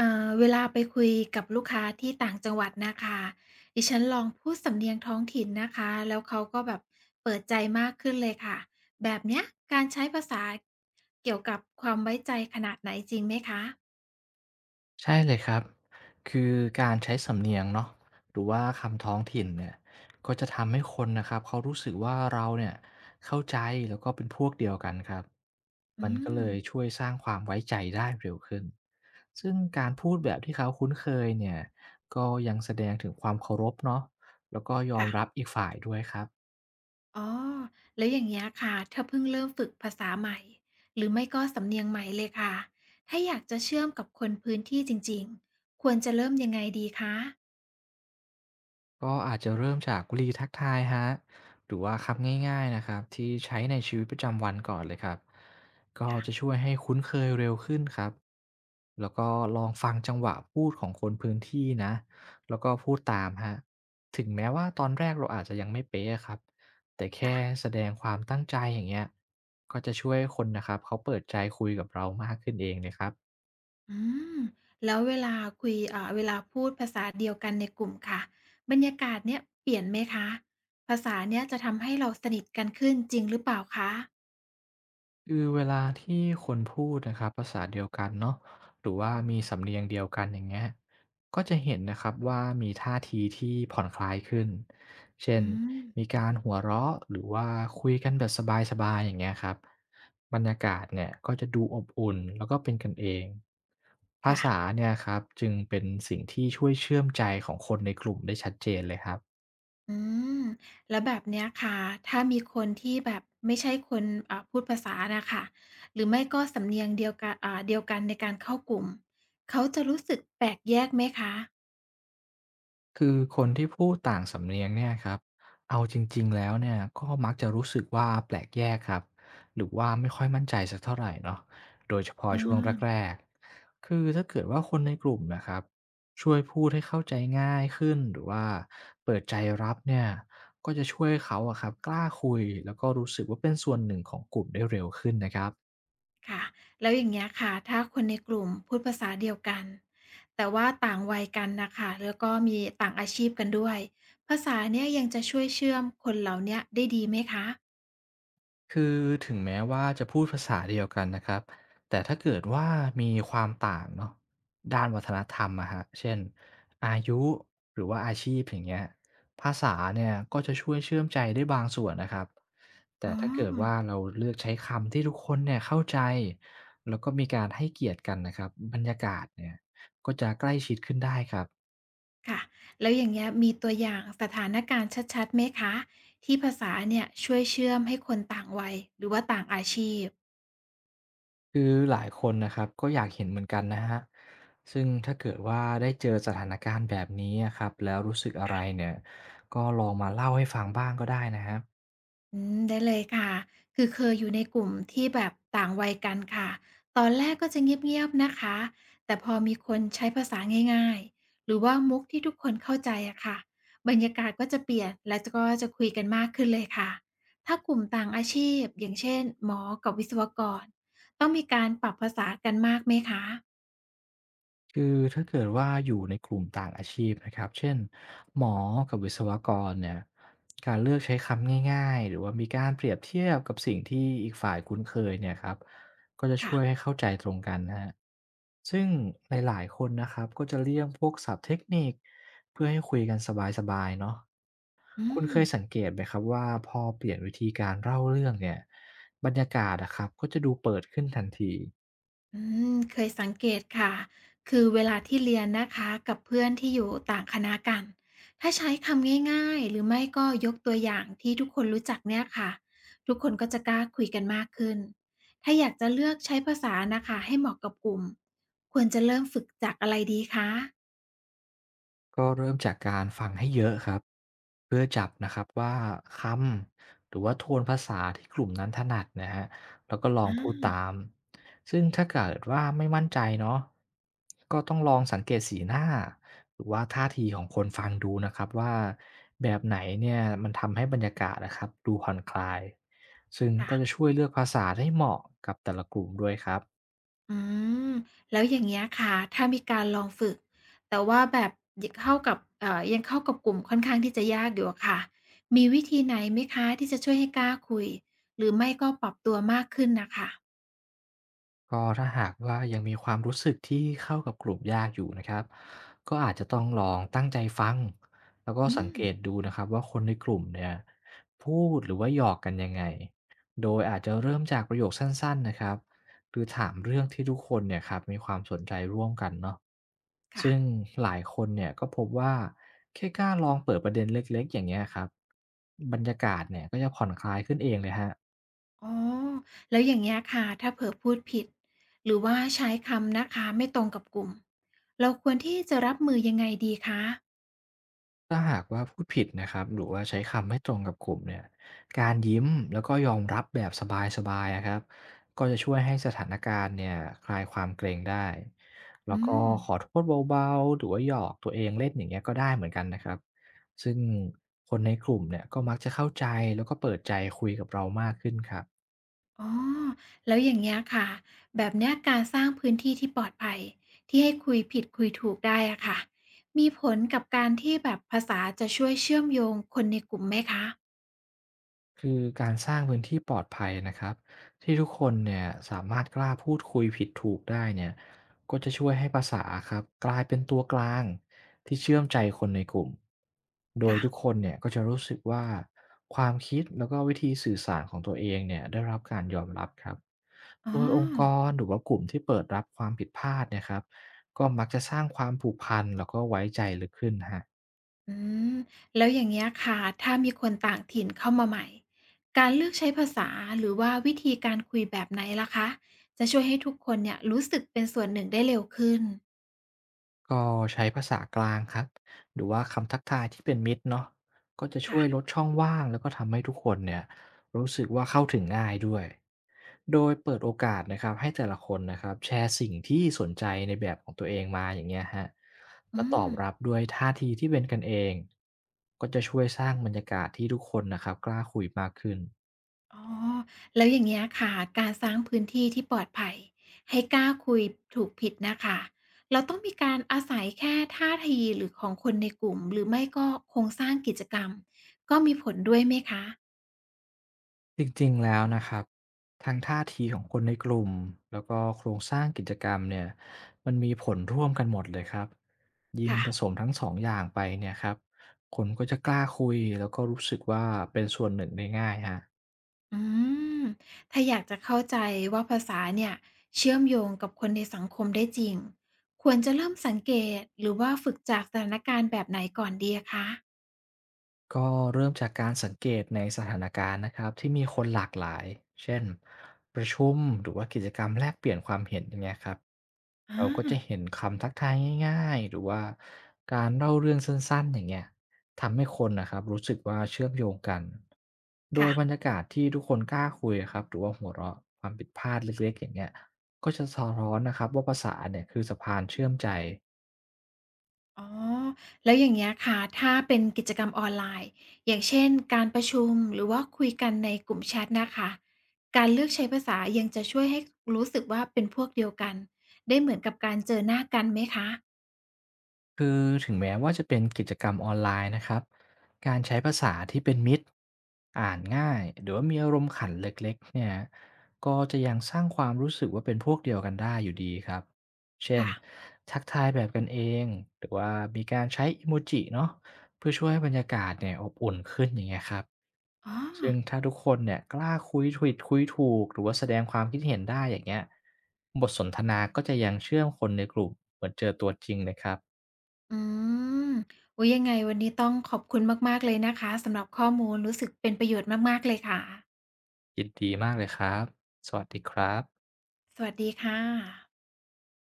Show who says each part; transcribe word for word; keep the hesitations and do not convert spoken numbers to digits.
Speaker 1: อ่าเวลาไปคุยกับลูกค้าที่ต่างจังหวัดนะคะดิฉันลองพูดสำเนียงท้องถิ่นนะคะ แล้วเขาก็แบบเปิดใจมากขึ้นเลยค่ะ แบบเนี้ยการใช้ภาษาเกี่ยวกับความไว้ใจขนาดไหนจริงไหมคะ
Speaker 2: ใช่เลยครับคือการใช้สำเนียงเนาะหรือว่าคำท้องถิ่นเนี่ยก็จะทำให้คนนะครับเขารู้สึกว่าเราเนี่ยเข้าใจแล้วก็เป็นพวกเดียวกันครับ
Speaker 1: อื
Speaker 2: มันก็เล
Speaker 1: ม
Speaker 2: ยช่วยสร้างความไว้ใจได้เร็วขึ้นซึ่งการพูดแบบที่เขาคุ้นเคยเนี่ยก็ยังแสดงถึงความเคารพเนาะแล้วก็ยอม
Speaker 1: ค่ะ
Speaker 2: รับอีกฝ่ายด้วยครับ
Speaker 1: อ๋อแล้วอย่างเงี้ยค่ะถ้าเพิ่งเริ่มฝึกภาษาใหม่ หรือไม่ก็สำเนียงใหม่เลยค่ะถ้าอยากจะเชื่อมกับคนพื้นที่จริงๆควรจะเริ่มยังไงดีคะ
Speaker 2: ก็อาจจะเริ่มจากวลีทักทายฮะหรือว่าคำง่ายๆนะครับที่ใช้ในชีวิตประจำวันก่อนเลยครับก็
Speaker 1: ค่ะ
Speaker 2: จะช่วยให้คุ้นเคยเร็วขึ้นครับแล้วก็ลองฟังจังหวะพูดของคนพื้นที่นะแล้วก็พูดตามฮะถึงแม้ว่าตอนแรกเราอาจจะยังไม่เป๊ะครับแต่
Speaker 1: ค่ะ
Speaker 2: แค่แสดงความตั้งใจอย่างเงี้ยก็จะช่วยคนนะครับเขาเปิดใจคุยกับเรามากขึ้นเองเลยครับ
Speaker 1: อืมแล้วเวลาคุยอ่าเวลาพูดภาษาเดียวกันในกลุ่มค่ะบรรยากาศเนี่ยเปลี่ยนไหมคะภาษาเนี่ยจะทำให้เราสนิทกันขึ้นจริงหรือเปล่าคะ
Speaker 2: คือเวลาที่คนพูดนะครับภาษาเดียวกันเนาะหรือว่ามีสำเนียงเดียวกันอย่างเงี้ยก็จะเห็นนะครับว่ามีท่าทีที่ผ่อนคลายขึ้นเช่
Speaker 1: อื
Speaker 2: นมี
Speaker 1: ม
Speaker 2: การหัวเราะหรือว่าคุยกันแบบสบายๆอย่างเงี้ยครับบรรยากาศเนี่ยก็จะดูอบอุ่นแล้วก็เป็นกันเองภา
Speaker 1: ค่ะ
Speaker 2: ษาเนี่ยครับจึงเป็นสิ่งที่ช่วยเชื่อมใจของคนในกลุ่มได้ชัดเจนเลยครับ
Speaker 1: อืมแล้วแบบเนี้ยค่ะถ้ามีคนที่แบบไม่ใช่คนอ่าพูดภาษาน่ะค่ะหรือไม่ก็สำเนียงเดียวกันอ่าเดียวกันในการเข้ากลุ่มเขาจะรู้สึกแปลกแยกไหมคะ
Speaker 2: คือคนที่พูดต่างสำเนียงเนี่ยครับเอาจริงๆแล้วเนี่ยก็มักจะรู้สึกว่าแปลกแยกครับหรือว่าไม่ค่อยมั่นใจสักเท่าไหร่เนาะโดยเฉพาะ
Speaker 1: อา
Speaker 2: ช่วงแรกๆคือถ้าเกิดว่าคนในกลุ่มนะครับช่วยพูดให้เข้าใจง่ายขึ้นหรือว่าเปิดใจรับเนี่ยก็จะช่วยเขาอะครับกล้าคุยแล้วก็รู้สึกว่าเป็นส่วนหนึ่งของกลุ่มได้เร็วขึ้นนะครับ
Speaker 1: ค่ะแล้วอย่างเงี้ยค่ะถ้าคนในกลุ่มพูดภาษาเดียวกันแต่ว่าต่างวัยกันนะคะแล้วก็มีต่างอาชีพกันด้วยภาษาเนี่ยยังจะช่วยเชื่อมคนเหล่าเนี้ยได้ดีไหมคะ
Speaker 2: คือถึงแม้ว่าจะพูดภาษาเดียวกันนะครับแต่ถ้าเกิดว่ามีความต่างเนาะด้านวัฒนธรรมอะฮะเช่นอายุหรือว่าอาชีพอย่างเงี้ยภาษาเนี่ยก็จะช่วยเชื่อมใจได้บางส่วนนะครับแต่
Speaker 1: อ๋อ
Speaker 2: ถ้าเกิดว่าเราเลือกใช้คำที่ทุกคนเนี่ยเข้าใจแล้วก็มีการให้เกียรติกันนะครับบรรยากาศเนี่ยก็จะใกล้ชิดขึ้นได้ครับ
Speaker 1: ค่ะแล้วอย่างเงี้ยมีตัวอย่างสถานการณ์ชัดๆไหมคะที่ภาษาเนี่ยช่วยเชื่อมให้คนต่างวัยหรือว่าต่างอาชีพ
Speaker 2: คือหลายคนนะครับก็อยากเห็นเหมือนกันนะฮะซึ่งถ้าเกิดว่าได้เจอสถานการณ์แบบนี้อะครับแล้วรู้สึกอะไร
Speaker 1: ค่ะ
Speaker 2: เนี่ยก็ลองมาเล่าให้ฟังบ้างก็ได้นะครับ
Speaker 1: อืมได้เลยค่ะ คือเคยอยู่ในกลุ่มที่แบบต่างวัยกันค่ะ ตอนแรกก็จะเงียบๆนะคะ แต่พอมีคนใช้ภาษาง่ายๆหรือว่ามุกที่ทุกคนเข้าใจอะค่ะบรรยากาศก็จะเปลี่ยนและก็จะคุยกันมากขึ้นเลยค่ะ ถ้ากลุ่มต่างอาชีพอย่างเช่นหมอกับวิศวกรต้องมีการปรับภาษากันมากไหมคะ
Speaker 2: คือถ้าเกิดว่าอยู่ในกลุ่มต่างอาชีพนะครับเช่นหมอกับวิศวกรเนี่ยการเลือกใช้คำง่ายๆหรือว่ามีการเปรียบเทียบกับสิ่งที่อีกฝ่ายคุ้นเคยเนี่ยครับก็จะช่วยให้
Speaker 1: ค่ะ
Speaker 2: เข้าใจตรงกันนะฮะซึ่งหลายๆคนนะครับก็จะเลี่ยงพวกศัพท์เทคนิคเพื่อให้คุยกันสบายๆเนาะ
Speaker 1: อื
Speaker 2: คุณ
Speaker 1: ม
Speaker 2: เคยสังเกตไหมครับว่าพอเปลี่ยนวิธีการเล่าเรื่องเนี่ยบรรยากาศอะครับก็จะดูเปิดขึ้นทันที
Speaker 1: อืมเคยสังเกตค่ะ คือเวลาที่เรียนนะคะกับเพื่อนที่อยู่ต่างคณะกัน ถ้าใช้คำง่ายๆหรือไม่ก็ยกตัวอย่างที่ทุกคนรู้จักเนี่ยค่ะ ทุกคนก็จะกล้าคุยกันมากขึ้น ถ้าอยากจะเลือกใช้ภาษานะคะให้เหมาะกับกลุ่ม ควรจะเริ่มฝึกจากอะไรดีคะ
Speaker 2: ก็เริ่มจากการฟังให้เยอะครับเพื่อจับนะครับว่าคำหรือว่าโทนภาษาที่กลุ่มนั้นถนัดนะฮะแล้วก็ลอ
Speaker 1: อ่
Speaker 2: งพูด
Speaker 1: า
Speaker 2: ตามซึ่งถ้าเกิดว่าไม่มั่นใจเนาะก็ต้องลองสังเกตสีหน้าหรือว่าท่าทีของคนฟังดูนะครับว่าแบบไหนเนี่ยมันทำให้บรรยากาศนะครับดูผ่อนคลายซึ่ง
Speaker 1: ค่ะ
Speaker 2: ก็จะช่วยเลือกภาษาได้เหมาะกับแต่ละกลุ่มด้วยครับ
Speaker 1: อืมแล้วอย่างเงี้ยค่ะถ้ามีการลองฝึกแต่ว่าแบบยังเข้ากับเอ่อยังเข้ากับกลุ่มค่อนข้างที่จะยากอยู่อะค่ะมีวิธีไหนไหมคะที่จะช่วยให้กล้าคุยหรือไม่ก็ปรับตัวมากขึ้นน่ะค่ะ
Speaker 2: ก็ถ้าหากว่ายังมีความรู้สึกที่เข้ากับกลุ่มยากอยู่นะครับก็อาจจะต้องลองตั้งใจฟังแล้วก็
Speaker 1: อื
Speaker 2: สัง
Speaker 1: ม
Speaker 2: เกตดูนะครับว่าคนในกลุ่มเนี่ยพูดหรือว่าหยอกกันยังไงโดยอาจจะเริ่มจากประโยคสั้นๆนะครับหรือถามเรื่องที่ทุกคนเนี่ยครับมีความสนใจร่วมกันเนาะ
Speaker 1: ค่ะ
Speaker 2: ซึ่งหลายคนเนี่ยก็พบว่าแค่กล้าลองเปิดประเด็นเล็กๆอย่างเงี้ยครับบรรยากาศเนี่ยก็จะผ่อนคลายขึ้นเองเลยฮะ
Speaker 1: อ๋อแล้วอย่างเงี้ยค่ะถ้าเผลอพูดผิดหรือว่าใช้คำนะคะไม่ตรงกับกลุ่มเราควรที่จะรับมือยังไงดีคะ
Speaker 2: ถ้าหากว่าพูดผิดนะครับหรือว่าใช้คำไม่ตรงกับกลุ่มเนี่ยการยิ้มแล้วก็ยอมรับแบบสบายๆนะครับก็จะช่วยให้สถานการณ์เนี่ยคลายความเกรงได้
Speaker 1: อื
Speaker 2: แล้ว
Speaker 1: ม
Speaker 2: ก็ขอโทษเบาๆหรือว่าหยอกตัวเองเล่นอย่างเงี้ยก็ได้เหมือนกันนะครับซึ่งคนในกลุ่มเนี่ยก็มักจะเข้าใจแล้วก็เปิดใจคุยกับเรามากขึ้นครับ
Speaker 1: อ๋อแล้วอย่างเงี้ยค่ะ แบบเนี้ยการสร้างพื้นที่ที่ปลอดภัยที่ให้คุยผิดคุยถูกได้อะค่ะ มีผลกับการที่แบบภาษาจะช่วยเชื่อมโยงคนในกลุ่มไหมคะ
Speaker 2: คือการสร้างพื้นที่ปลอดภัยนะครับที่ทุกคนเนี่ยสามารถกล้าพูดคุยผิดถูกได้เนี่ยก็จะช่วยให้ภาษาครับกลายเป็นตัวกลางที่เชื่อมใจคนในกลุ่มโดย
Speaker 1: ค่ะ
Speaker 2: ทุกคนเนี่ยก็จะรู้สึกว่าความคิดแล้วก็วิธีสื่อสารของตัวเองเนี่ยได้รับการยอมรับครับ
Speaker 1: อ๋อ
Speaker 2: โดยองค์กรหรือว่ากลุ่มที่เปิดรับความผิดพลาดเนะครับก็มักจะสร้างความผูกพันแล้วก็ไว้ใจลึกขึ้นฮะ
Speaker 1: อืมแล้วอย่างเงี้ยค่ะ ถ้ามีคนต่างถิ่นเข้ามาใหม่ การเลือกใช้ภาษาหรือว่าวิธีการคุยแบบไหนล่ะคะ จะช่วยให้ทุกคนเนี่ยรู้สึกเป็นส่วนหนึ่งได้เร็วขึ้น
Speaker 2: ก็ใช้ภาษากลางครับ หรือว่าคำทักทายที่เป็นมิตรเนาะก็จะช่
Speaker 1: ค่ะ
Speaker 2: วยลดช่องว่างแล้วก็ทำให้ทุกคนเนี่ยรู้สึกว่าเข้าถึงง่ายด้วย โดยเปิดโอกาสนะครับให้แต่ละคนนะครับแชร์สิ่งที่สนใจในแบบของตัวเองมาอย่างเงี้ยฮะ
Speaker 1: อื
Speaker 2: แล้วตอ
Speaker 1: ม
Speaker 2: บรับด้วยท่าทีที่เป็นกันเองก็จะช่วยสร้างบรรยากาศที่ทุกคนนะครับกล้าคุยมากขึ้น
Speaker 1: อ๋อ แล้วอย่างเงี้ยค่ะ การสร้างพื้นที่ที่ปลอดภัยให้กล้าคุยถูกผิดนะคะ เราต้องมีการอาศัยแค่ท่าทีหรือของคนในกลุ่มหรือไม่ก็โครงสร้างกิจกรรมก็มีผลด้วยไหมคะ
Speaker 2: จริงๆแล้วนะครับทั้งท่าทีของคนในกลุ่ม แล้วก็โครงสร้างกิจกรรมเนี่ย มันมีผลร่วมกันหมดเลยครับ ยิ่ง
Speaker 1: ค่ะ
Speaker 2: ผสมทั้งสองอย่างไปเนี่ยครับ คนก็จะกล้าคุยแล้วก็รู้สึกว่าเป็นส่วนหนึ่งได้ง่ายฮะ
Speaker 1: อืม ถ้าอยากจะเข้าใจว่าภาษาเนี่ยเชื่อมโยงกับคนในสังคมได้จริง ควรจะเริ่มสังเกตหรือว่าฝึกจากสถานการณ์แบบไหนก่อนดีอะคะ
Speaker 2: ก็เริ่มจากการสังเกตในสถานการณ์นะครับที่มีคนหลากหลายเช่นประชุมหรือว่ากิจกรรมแลกเปลี่ยนความเห็นอย่างเงี้ยครับ
Speaker 1: อา
Speaker 2: เราก็จะเห็นคำทักทายง่ายๆหรือว่าการเล่าเรื่องสั้นๆอย่างเงี้ยทำให้คนนะครับรู้สึกว่าเชื่อมโยงกันโดย
Speaker 1: ค่ะ
Speaker 2: บรรยากาศที่ทุกคนกล้าคุยครับหรือว่าหัวเราะความผิดพลาดเล็กๆอย่างเงี้ยก็จะสะท้อนนะครับว่าภาษาเนี่ยคือสะพานเชื่อมใจ
Speaker 1: อ๋อแล้วอย่างเงี้ยค่ะ ถ้าเป็นกิจกรรมออนไลน์ อย่างเช่นการประชุมหรือว่าคุยกันในกลุ่มแชทนะคะการเลือกใช้ภาษายังจะช่วยให้รู้สึกว่าเป็นพวกเดียวกันได้เหมือนกับการเจอหน้ากันไหมคะ
Speaker 2: คือถึงแม้ว่าจะเป็นกิจกรรมออนไลน์นะครับการใช้ภาษาที่เป็นมิตรอ่านง่ายหรือว่ามีอารมณ์ขันเล็กๆเนี่ยก็จะยังสร้างความรู้สึกว่าเป็นพวกเดียวกันได้อยู่ดีครับเช่น
Speaker 1: ค่ะ
Speaker 2: ทักทายแบบกันเองหรือว่ามีการใช้อิโมจิเนาะเพื่อช่วยให้บรรยากาศเนี่ยอบอุ่นขึ้นอย่างเงี้ยครับ
Speaker 1: อ๋อ
Speaker 2: ซึ่งถ้าทุกคนเนี่ยกล้าคุยถูกคุยถูกหรือว่าแสดงความคิดเห็นได้อย่างเงี้ยบทสนทนาก็จะยังเชื่อมคนในกลุ่มเหมือนเจอตัวจริงเลยครับ
Speaker 1: อืมอุ๊ยยังไงวันนี้ต้องขอบคุณมากๆเลยนะคะสำหรับข้อมูลรู้สึกเป็นประโยชน์มากๆเลยค่ะ
Speaker 2: ยินดีมากเลยครับ สวัสดีครับ
Speaker 1: สวัสดีค่ะ